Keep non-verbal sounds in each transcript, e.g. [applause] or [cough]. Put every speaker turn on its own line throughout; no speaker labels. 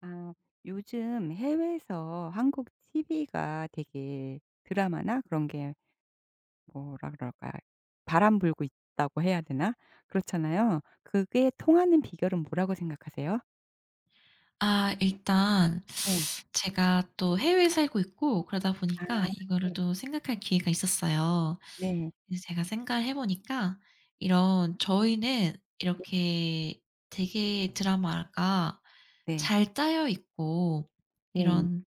아, 요즘 해외에서 한국 TV가 되게 드라마나 그런 게 뭐라 그럴까? 바람 불고 있다고 해야 되나? 그렇잖아요. 그게 통하는 비결은 뭐라고 생각하세요?
아, 일단
네.
제가 또 해외에 살고 있고 그러다
아,
보니까
네.
이거를 또 생각할 기회가 있었어요.
네.
그래서 제가 생각을 해 보니까 이런 저희는 이렇게 되게 드라마가
네.
잘 짜여 있고,
네.
이런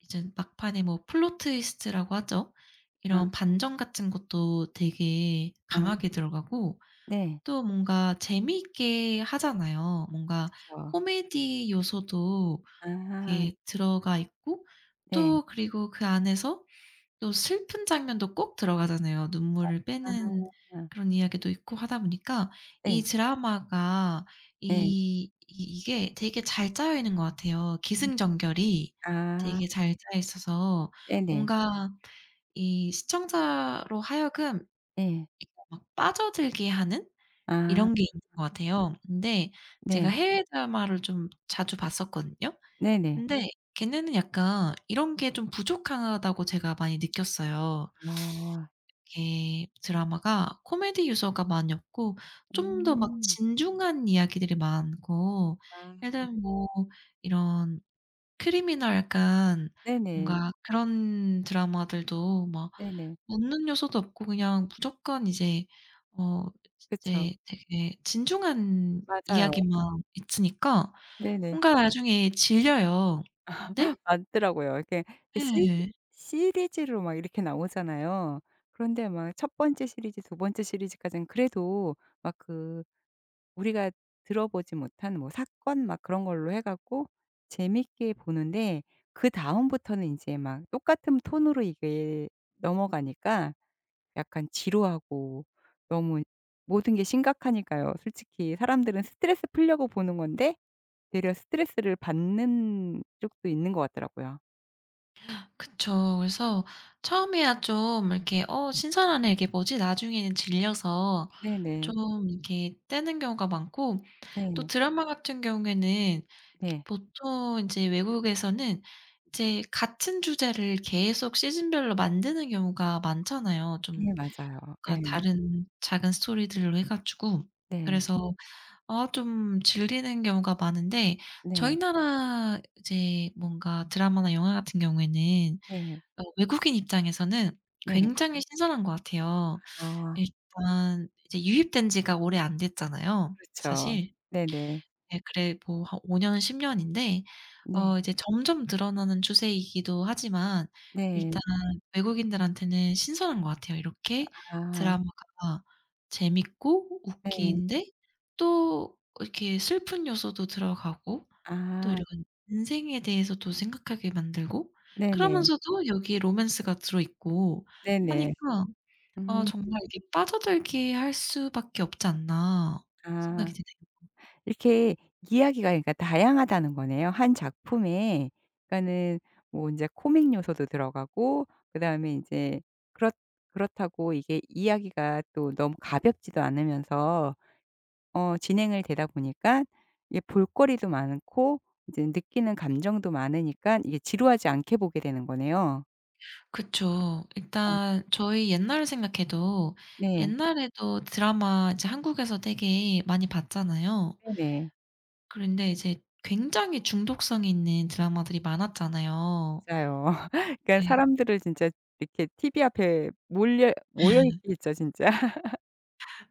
이제 막판에 뭐 플롯 트위스트라고 하죠. 이런
아.
반전 같은 것도 되게
아.
강하게 들어가고
네.
또 뭔가 재미있게 하잖아요. 뭔가
그쵸.
코미디 요소도
아.
이렇게 들어가 있고,
네.
또 그리고 그 안에서 또 슬픈 장면도 꼭 들어가잖아요. 눈물을 빼는
아.
그런 이야기도 있고 하다 보니까 이
네.
드라마가
네.
이 이 이게 되게 잘 짜여 있는 것 같아요. 기승전결이
아.
되게 잘 짜여 있어서
네네.
뭔가 이 시청자로 하여금
네.
이렇게 막 빠져들게 하는
아.
이런 게 있는 것 같아요. 근데 제가
네.
해외 드라마를 좀 자주 봤었거든요.
네네.
근데 걔네는 약간 이런 게 좀 부족하다고 제가 많이 느꼈어요.
아.
이게 드라마가 코미디 요소가 많이 없고 좀 더 막
음.
진중한 이야기들이 많고,
아.
예를 들면 뭐 이런 크리미널 약간
네네.
뭔가 그런 드라마들도 막
네네.
웃는 요소도 없고 그냥 무조건 어
그쵸.
이제 되게 진중한
맞아요.
이야기만 있으니까
네네.
뭔가 나중에 질려요. 근데
[laughs] 많더라고요. 이렇게 시리
예.
시리즈로 막 이렇게 나오잖아요. 그런데 막 첫 번째 시리즈, 두 번째 시리즈까지는 그래도 막 그 우리가 들어보지 못한 뭐 사건 막 그런 걸로 해 갖고 재밌게 보는데, 그다음부터는 이제 막 똑같은 톤으로 이게 넘어가니까 약간 지루하고, 너무 모든 게 심각하니까요. 솔직히 사람들은 스트레스 풀려고 보는 건데 되려 스트레스를 받는 쪽도 있는 것 같더라고요.
그쵸. 그래서 처음에야 좀 이렇게 '어 신선하네. 이게 뭐지?' 나중에는 질려서
네네.
좀 이렇게 떼는 경우가 많고, 또
네.
드라마 같은 경우에는
네.
보통 이제 외국에서는 이제 같은 주제를 계속 시즌별로 만드는 경우가 많잖아요.
네,
좀,
맞아요. 예.
그러니까 다른 작은 스토리들로 해 가지고.
네.
그래서 아, 좀 질리는 경우가 많은데, 저희
네.
나라 이제 뭔가 드라마나 영화 같은 경우에는
네.
외국인 입장에서는
네.
굉장히 신선한 것 같아요.
아,
일단 이제 유입된 지가 오래 안 됐잖아요
그렇죠.
사실.
네네.
네. 그래 뭐 한 5년 년 10년 년인데
네.
이제 점점 늘어나는 추세이기도 하지만
네.
일단 외국인들한테는 신선한 것 같아요. 이렇게
아,
드라마가 재밌고
네.
웃기는데 또 이렇게 슬픈 요소도 들어가고 또
아.
이런 인생에 대해서도 생각하게 만들고
네네.
그러면서도 여기에 로맨스가 들어있고
네네.
하니까 아,
음.
정말 이게 빠져들게 할 수밖에 없지 않나 생각이
아.
드네요.
이렇게 이야기가 그러니까 다양하다는 거네요, 한 작품에. 그러니까는 뭐 인제 코믹 요소도 들어가고, 그다음에 인제 그렇 그렇다고 이게 이야기가 또 너무 가볍지도 않으면서 어 진행을 되다 보니까 이게 볼거리도 많고, 이제 느끼는 감정도 많으니까 이게 지루하지 않게 보게 되는 거네요.
그쵸.
아.
일단 저희 옛날을 생각해도
네.
옛날에도 드라마 이제 한국에서 되게 많이 봤잖아요.
네네.
그런데 이제 굉장히 중독성이 있는 드라마들이 많았잖아요.
맞아요. [laughs] 그러니까
네.
사람들을 진짜 이렇게 TV 앞에 몰려 모여 있게 했죠, 진짜. [laughs]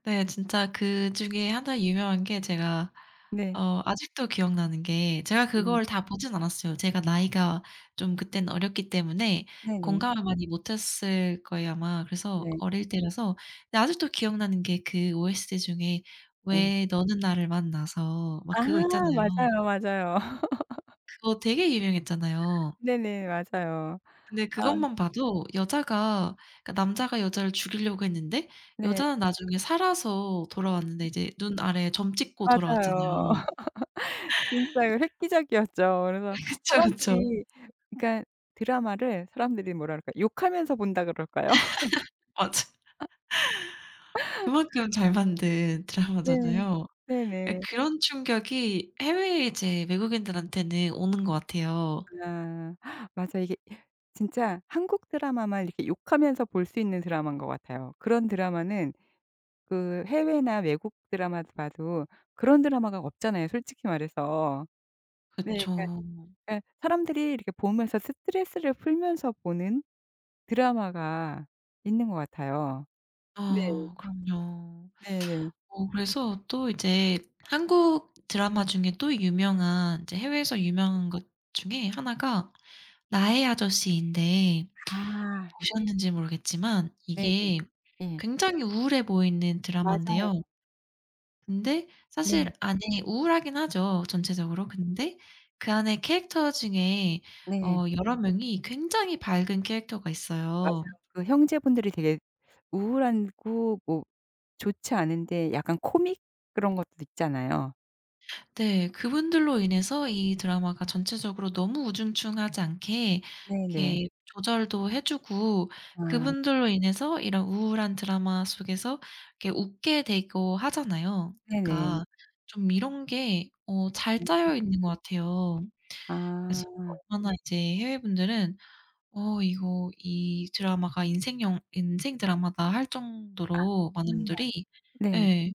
네. 진짜 그중에 하나 유명한 게 제가
네.
아직도 기억나는 게, 제가
음.
그걸 다 보진 않았어요. 제가 나이가 좀 그땐 어렸기 때문에
네네.
공감을 많이 못했을 거예요 아마. 그래서
네.
어릴 때라서. 근데 아직도 기억나는 게 그 OST 중에
예.
'왜 너는 나를 만나서' 막
아.
그거 있잖아요.
맞아요, 맞아요. [laughs]
그거 되게 유명했잖아요.
네네. 맞아요.
근데
아.
그것만 봐도 여자가, 그러니까 남자가 여자를 죽이려고 했는데
네.
여자는 나중에 살아서 돌아왔는데 이제 눈 아래에 점 찍고 돌아왔잖아요.
맞아요. [laughs] 진짜 이거 획기적이었죠. 그래서
[laughs] 그쵸, 그쵸.
사람들이, 그러니까, 드라마를 사람들이 뭐라 그럴까, 욕하면서 본다 그럴까요? [laughs]
맞아. 그만큼 잘 만든
네.
드라마잖아요.
네네.
그러니까 그런 충격이 해외에 이제 외국인들한테는 오는 것 같아요.
아. 맞아. 이게 진짜 한국 드라마만 이렇게 욕하면서 볼 수 있는 드라마인 것 같아요. 그런 드라마는 그 해외나 외국 드라마도 봐도 그런 드라마가 없잖아요, 솔직히 말해서. 네.
그쵸.
그러니까 예, 사람들이 이렇게 보면서 스트레스를 풀면서 보는 드라마가 있는 것 같아요. 네.
아, 그럼요.
네네.
그래서 또 이제 한국 드라마 중에 또 유명한, 이제 해외에서 유명한 것 중에 하나가 나의 아저씨인데,
아.
보셨는지 모르겠지만,
네네.
이게
예.
굉장히 우울해 보이는
맞아요.
드라마인데요. 근데
네.
사실 안에, 우울하긴 하죠, 전체적으로. 근데 그 안에 캐릭터 중에
네.
여러 명이 굉장히 밝은 캐릭터가
맞아요.
있어요.
그 형제분들이 되게 우울하고 뭐 좋지 않은데 약간 코믹 그런 것도 있잖아요.
네. 그분들로 인해서 이 드라마가 전체적으로 너무 우중충하지 않게 이렇게,
네네.
네, 조절도 해 주고,
아.
그분들로 인해서 이런 우울한 드라마 속에서 이렇게 웃게 되고 하잖아요.
네네.
그러니까 좀 이런 게 잘 짜여 있는 것 같아요.
아.
그래서
아.
얼마나 이제 해외분들은 '어 이거 이 드라마가 인생, 영 인생 드라마다.' 할 정도로 많은 분들이,
네.
예,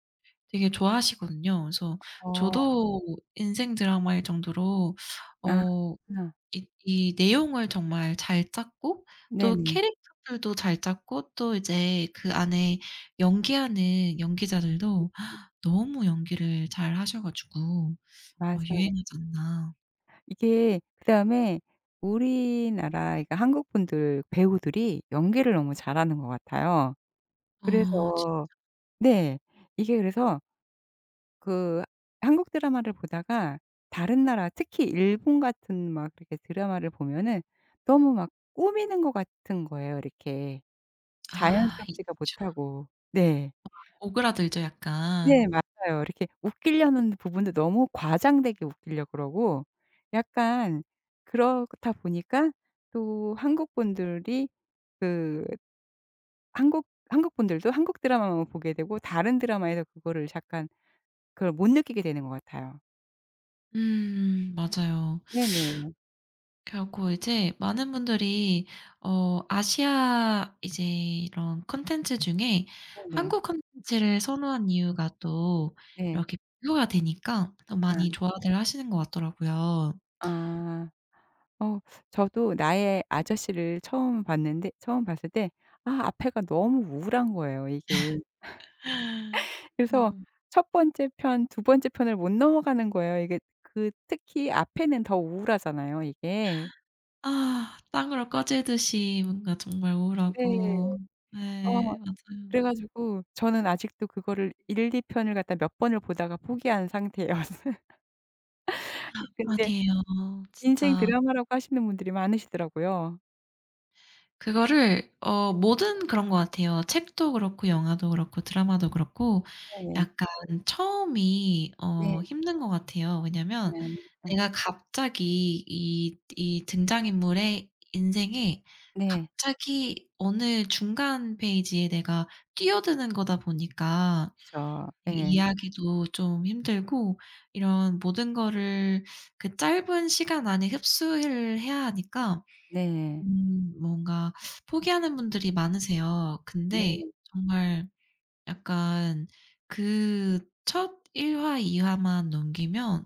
되게 좋아하시거든요. 그래서
어.
저도 인생 드라마일 정도로
아.
어 이 내용을 정말 잘 짰고 또
네네.
캐릭터들도 잘 짰고 또 이제 그 안에 연기하는 연기자들도 너무 연기를 잘 하셔 가지고
맞아요.
유행하지 않나.
이게 그다음에 우리나라, 그러니까 한국 분들, 배우들이 연기를 너무 잘하는 것 같아요.
어 진
그래서 네, 이게 그래서 그 한국 드라마를 보다가 다른 나라, 특히 일본 같은 막 이렇게 드라마를 보면은 너무 막 꾸미는 것 같은 거예요, 이렇게.
아,
자연스럽지가
있죠.
못하고. 네.
오그라들죠,
네,
약간.
맞아요. 이렇게 웃기려는 부분도 너무 과장되게 웃기려고 그러고, 약간 그렇다 보니까 또 한국 분들이 그 한국 분들도 한국 드라마만 보게 되고 다른 드라마에서 그거를 잠깐, 그걸 못 느끼게 되는 것 같아요.
음, 맞아요.
네네.
결코 이제 많은 분들이 아시아 이제 이런 콘텐츠 중에
네네.
한국 콘텐츠를 선호한 이유가, 또
네.
이렇게 비교가 되니까 더
아.
많이 좋아들 하시는 것 같더라고요.
아. 어, 저도 나의 아저씨를 처음 봤는데, 처음 봤을 때 아 앞에가 너무 우울한 거예요, 이게. 그래서
그쵸.
첫 번째 편, 두 번째 편을 못 넘어가는 거예요. 이게 그 특히 앞에는 더 우울하잖아요, 이게.
아, 땅으로 꺼지듯이 뭔가 정말
네.
우울하고.
어
네,
그래
맞아요.
가지고 저는 아직도 그거를 1-2 편을 갖다 몇 번을 보다가 포기한 상태였어요. 이 [laughs] 근데
아니에요.
인생
진짜
드라마라고 하시는 분들이 많으시더라고요.
그거를, 뭐든 그런 것 같아요. 책도 그렇고 영화도 그렇고 드라마도 그렇고
네네.
약간 처음이
네.
힘든 것 같아요. 왜냐면
네. 예.
내가 갑자기 이 등장인물의 인생에
네.
갑자기 어느 중간 페이지에 내가 뛰어드는 거다 보니까
그쵸.
이
예.
이해하기도 좀 힘들고 이런 모든 거를 그 짧은 시간 안에 흡수를 해야 하니까
네.
뭔가 포기하는 분들이 많으세요.
네.
근데 정말 약간 그 첫 1화 화, 2화 화만 넘기면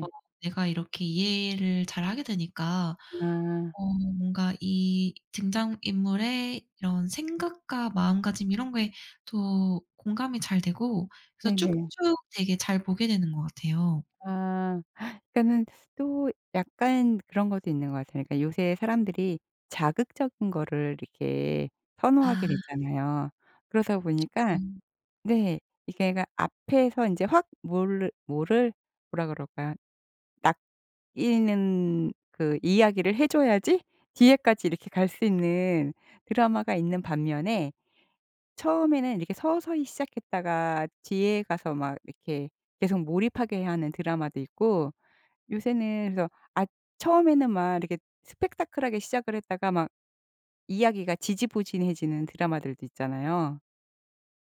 어 내가 이렇게 이해를 잘하게 되니까
아.
어 뭔가 이 등장인물의 이런 생각과 마음가짐 이런 거에 더 공감이 잘 되고 그래서 쭉쭉
네네.
되게 잘 보게 되는 것 같아요.
아. 그러니까는 또 약간 그런 것도 있는 것 같아요. 그러니까 요새 사람들이 자극적인 거를 이렇게 선호하게
아.
되잖아요. 그러다 보니까
음.
네, 이게 그러니까 앞에서 인제 확 뭐를 뭐라 그럴까요? 낚이는 그 이야기를 해 줘야지 뒤에까지 이렇게 갈 수 있는 드라마가 있는 반면에 처음에는 이렇게 서서히 시작했다가 뒤에 가서 막 이렇게 계속 몰입하게 하는 드라마도 있고, 요새는 그래서 아 처음에는 막 이렇게 스펙타클하게 시작을 했다가 막 이야기가 지지부진해지는 드라마들도 있잖아요.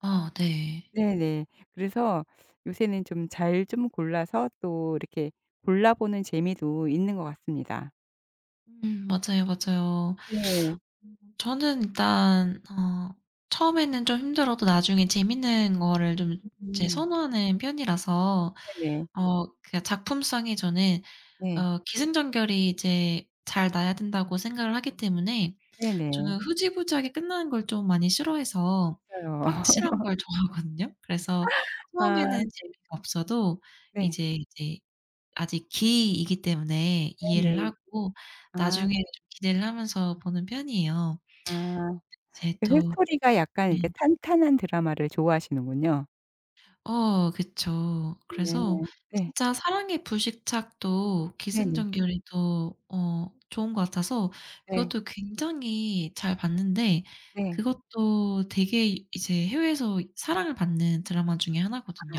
어, 네.
네네. 그래서 요새는 좀 잘, 좀 골라서 또 이렇게 골라보는 재미도 있는 것 같습니다.
음, 맞아요, 맞아요.
네.
저는 일단 처음에는 좀 힘들어도 나중에 재밌는 거를 좀 이제
음.
선호하는 편이라서
네네.
그냥 작품성이, 저는
네.
기승전결이 이제 잘 나야 된다고 생각을 하기 때문에, 저는
네네.
흐지부지하게 끝나는 걸 좀 많이 싫어해서
맞아요. [laughs]
확실한 걸 [laughs] 좋아하거든요. 그래서 처음에는
아.
재미가 없어도
네.
이제 아직 기이기 때문에 이해를
네네.
하고
아.
나중에 좀 기대를 하면서 보는 편이에요.
아.
이제
그래서
또,
스토리가 약간 이렇게
네.
탄탄한 드라마를 좋아하시는군요.
어, 그쵸.
네.
그래서
네.
진짜 사랑의 불식착도
네네.
기승전결이 또 좋은 것 같아서
네.
그것도 굉장히 잘 봤는데,
네.
그것도 되게 이제 해외에서 사랑을 받는 드라마 중에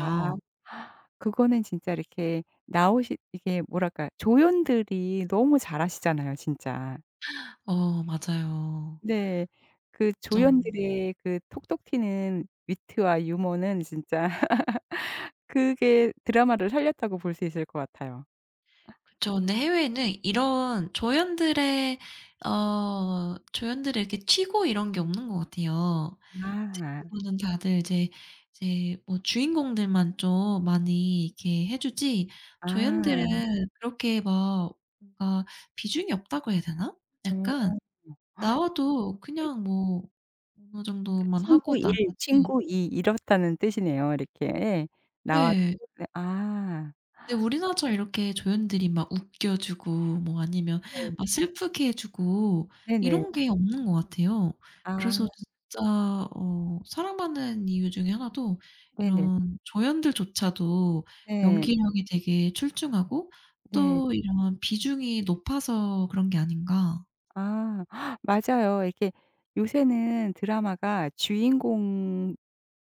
아. 그거는 진짜 이렇게 나오시 이게 뭐랄까, 조연들이 너무 잘하시잖아요, 진짜.
어, 맞아요.
네. 그
좀.
조연들의 그 톡톡 튀는 위트와 유머는 진짜 [laughs] 그게 드라마를 살렸다고 볼 수 있을 것 같아요.
그쵸. 근데 해외에는 이런 조연들의 어 조연들을 이렇게 치고 이런 게 없는 것 같아요.
아.
대부분은 다들 이제 뭐 주인공들만 좀 많이 이렇게 해 주지. 음. 조연들은
아.
그렇게 막 뭔가 비중이 없다고 해야 되나? 약간
어.
나와도
이게
그냥 뭐 어느
그
정도만 하고
친구 1,
나가지.
친구 2 이렇다는 뜻이네요, 이렇게. 예. 나와도
예.
네. 아.
근데 우리나라처럼 이렇게 조연들이 막 웃겨 주고 뭐 아니면
네.
막 슬프게 해 주고
네네.
이런 게 없는 것 같아요.
아.
그래서 진짜 사랑받는 이유 중에 하나도,
네네.
이런 조연들조차도
네.
연기력이 되게 출중하고
네.
또 이런 비중이 높아서 그런 게 아닌가.
아 [sucks teeth] 맞아요. 이게 요새는 드라마가 주인공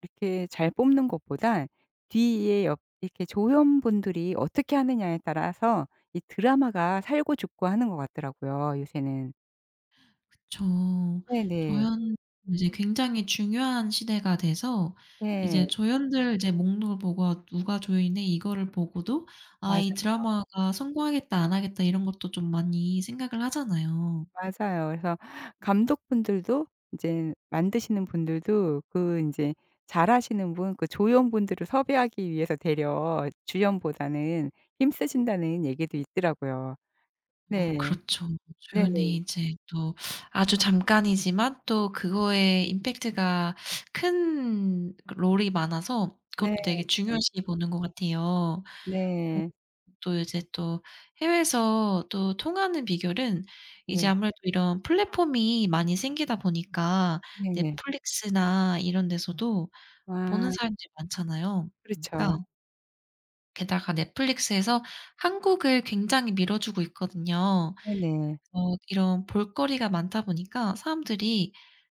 이렇게 잘 뽑는 것보다 뒤에 옆 이렇게 조연분들이 어떻게 하느냐에 따라서 이 드라마가 살고 죽고 하는 것 같더라고요, 요새는.
저,
네네.
조연 이제 굉장히 중요한 시대가 돼서
네.
이제 조연들 이제 목록을 보고 '아, 누가 조연이네.' 이거를 보고도 '아, 이
맞아요,
드라마가 성공하겠다, 안 하겠다.' 이런 것도 좀 많이 생각을 하잖아요.
맞아요. 그래서 감독분들도 이제 만드시는 분들도 그 이제 잘하시는 분 그 조연분들을 섭외하기 위해서 되려 주연보다는 힘쓰신다는 얘기도 있더라고요.
어,
네.
그렇죠.
네네.
조연이 이제 또 아주 잠깐이지만 또 그거에 임팩트가 큰 그 롤이 많아서 그것도
네.
되게 중요시 보는 것 같아요.
네.
또 이제 또 해외에서 또 통하는 비결은, 이제
네.
아무래도 이런 플랫폼이 많이 생기다 보니까,
네네.
넷플릭스나 이런 데서도 보는
아,
사람들이 많잖아요.
그렇죠.
그러니까 게다가 넷플릭스에서 한국을 굉장히 밀어주고 있거든요.
네네.
어 이런 볼거리가 많다 보니까 사람들이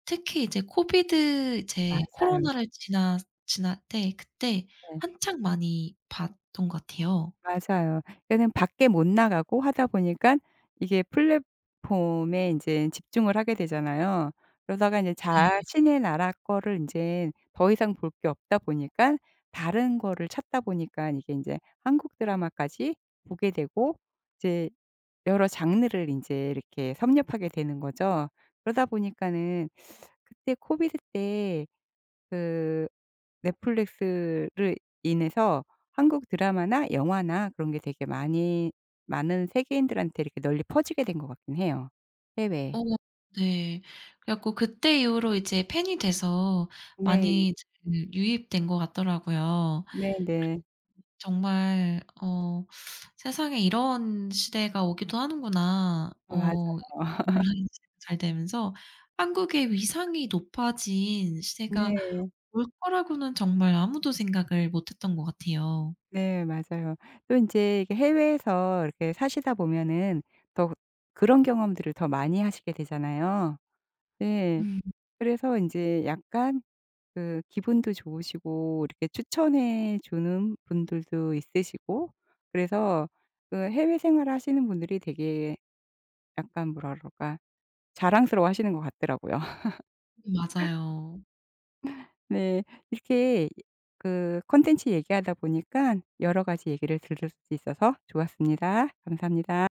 특히 이제 코비드, 이제
맞아요.
코로나를 지나 지날 때, 그때
네.
한창 많이 봤던 것 같아요.
맞아요. 그러니까는 밖에 못 나가고 하다 보니까 이게 플랫폼에 인제 집중을 하게 되잖아요. 그러다가 인제
네.
자신의 나라 거를 인제 더 이상 볼 게 없다 보니까 다른 거를 찾다 보니까 이게 인제 한국 드라마까지 보게 되고 이제 여러 장르를 인제 이렇게 섭렵하게 되는 거죠. 그러다 보니까는 그때 코비드 때그 넷플릭스를 인해서 한국 드라마나 영화나 그런 게 되게 많이, 많은 세계인들한테 이렇게 널리 퍼지게 된 것 같긴 해요.
어,
해외에.
네. 그래 갖고 그때 이후로 이제 팬이 돼서
네.
많이 이제 유입된 것 같더라고요.
네네.
정말 '세상에 이런 시대가 오기도 하는구나.'
어, 맞아요. [laughs]
온라인 시대가 잘 되면서 '한국의 위상이 높아진 시대가
네.
올 거라고는 정말 아무도 생각을 못 했던 것 같아요.'
네, 맞아요. 또 인제 이게 해외에서 이렇게 사시다 보면은 더 그런 경험들을 더 많이 하시게 되잖아요. 예.
음.
그래서 인제 약간 그 기분도 좋으시고 이렇게 추천해 주는 분들도 있으시고, 그래서 그 해외 생활 하시는 분들이 되게 약간 뭐라 그럴까, 자랑스러워 하시는 것 같더라고요. [laughs]
맞아요.
네. 이렇게 그 콘텐츠 얘기하다 보니까 여러 가지 얘기를 들을 수 있어서 좋았습니다. 감사합니다.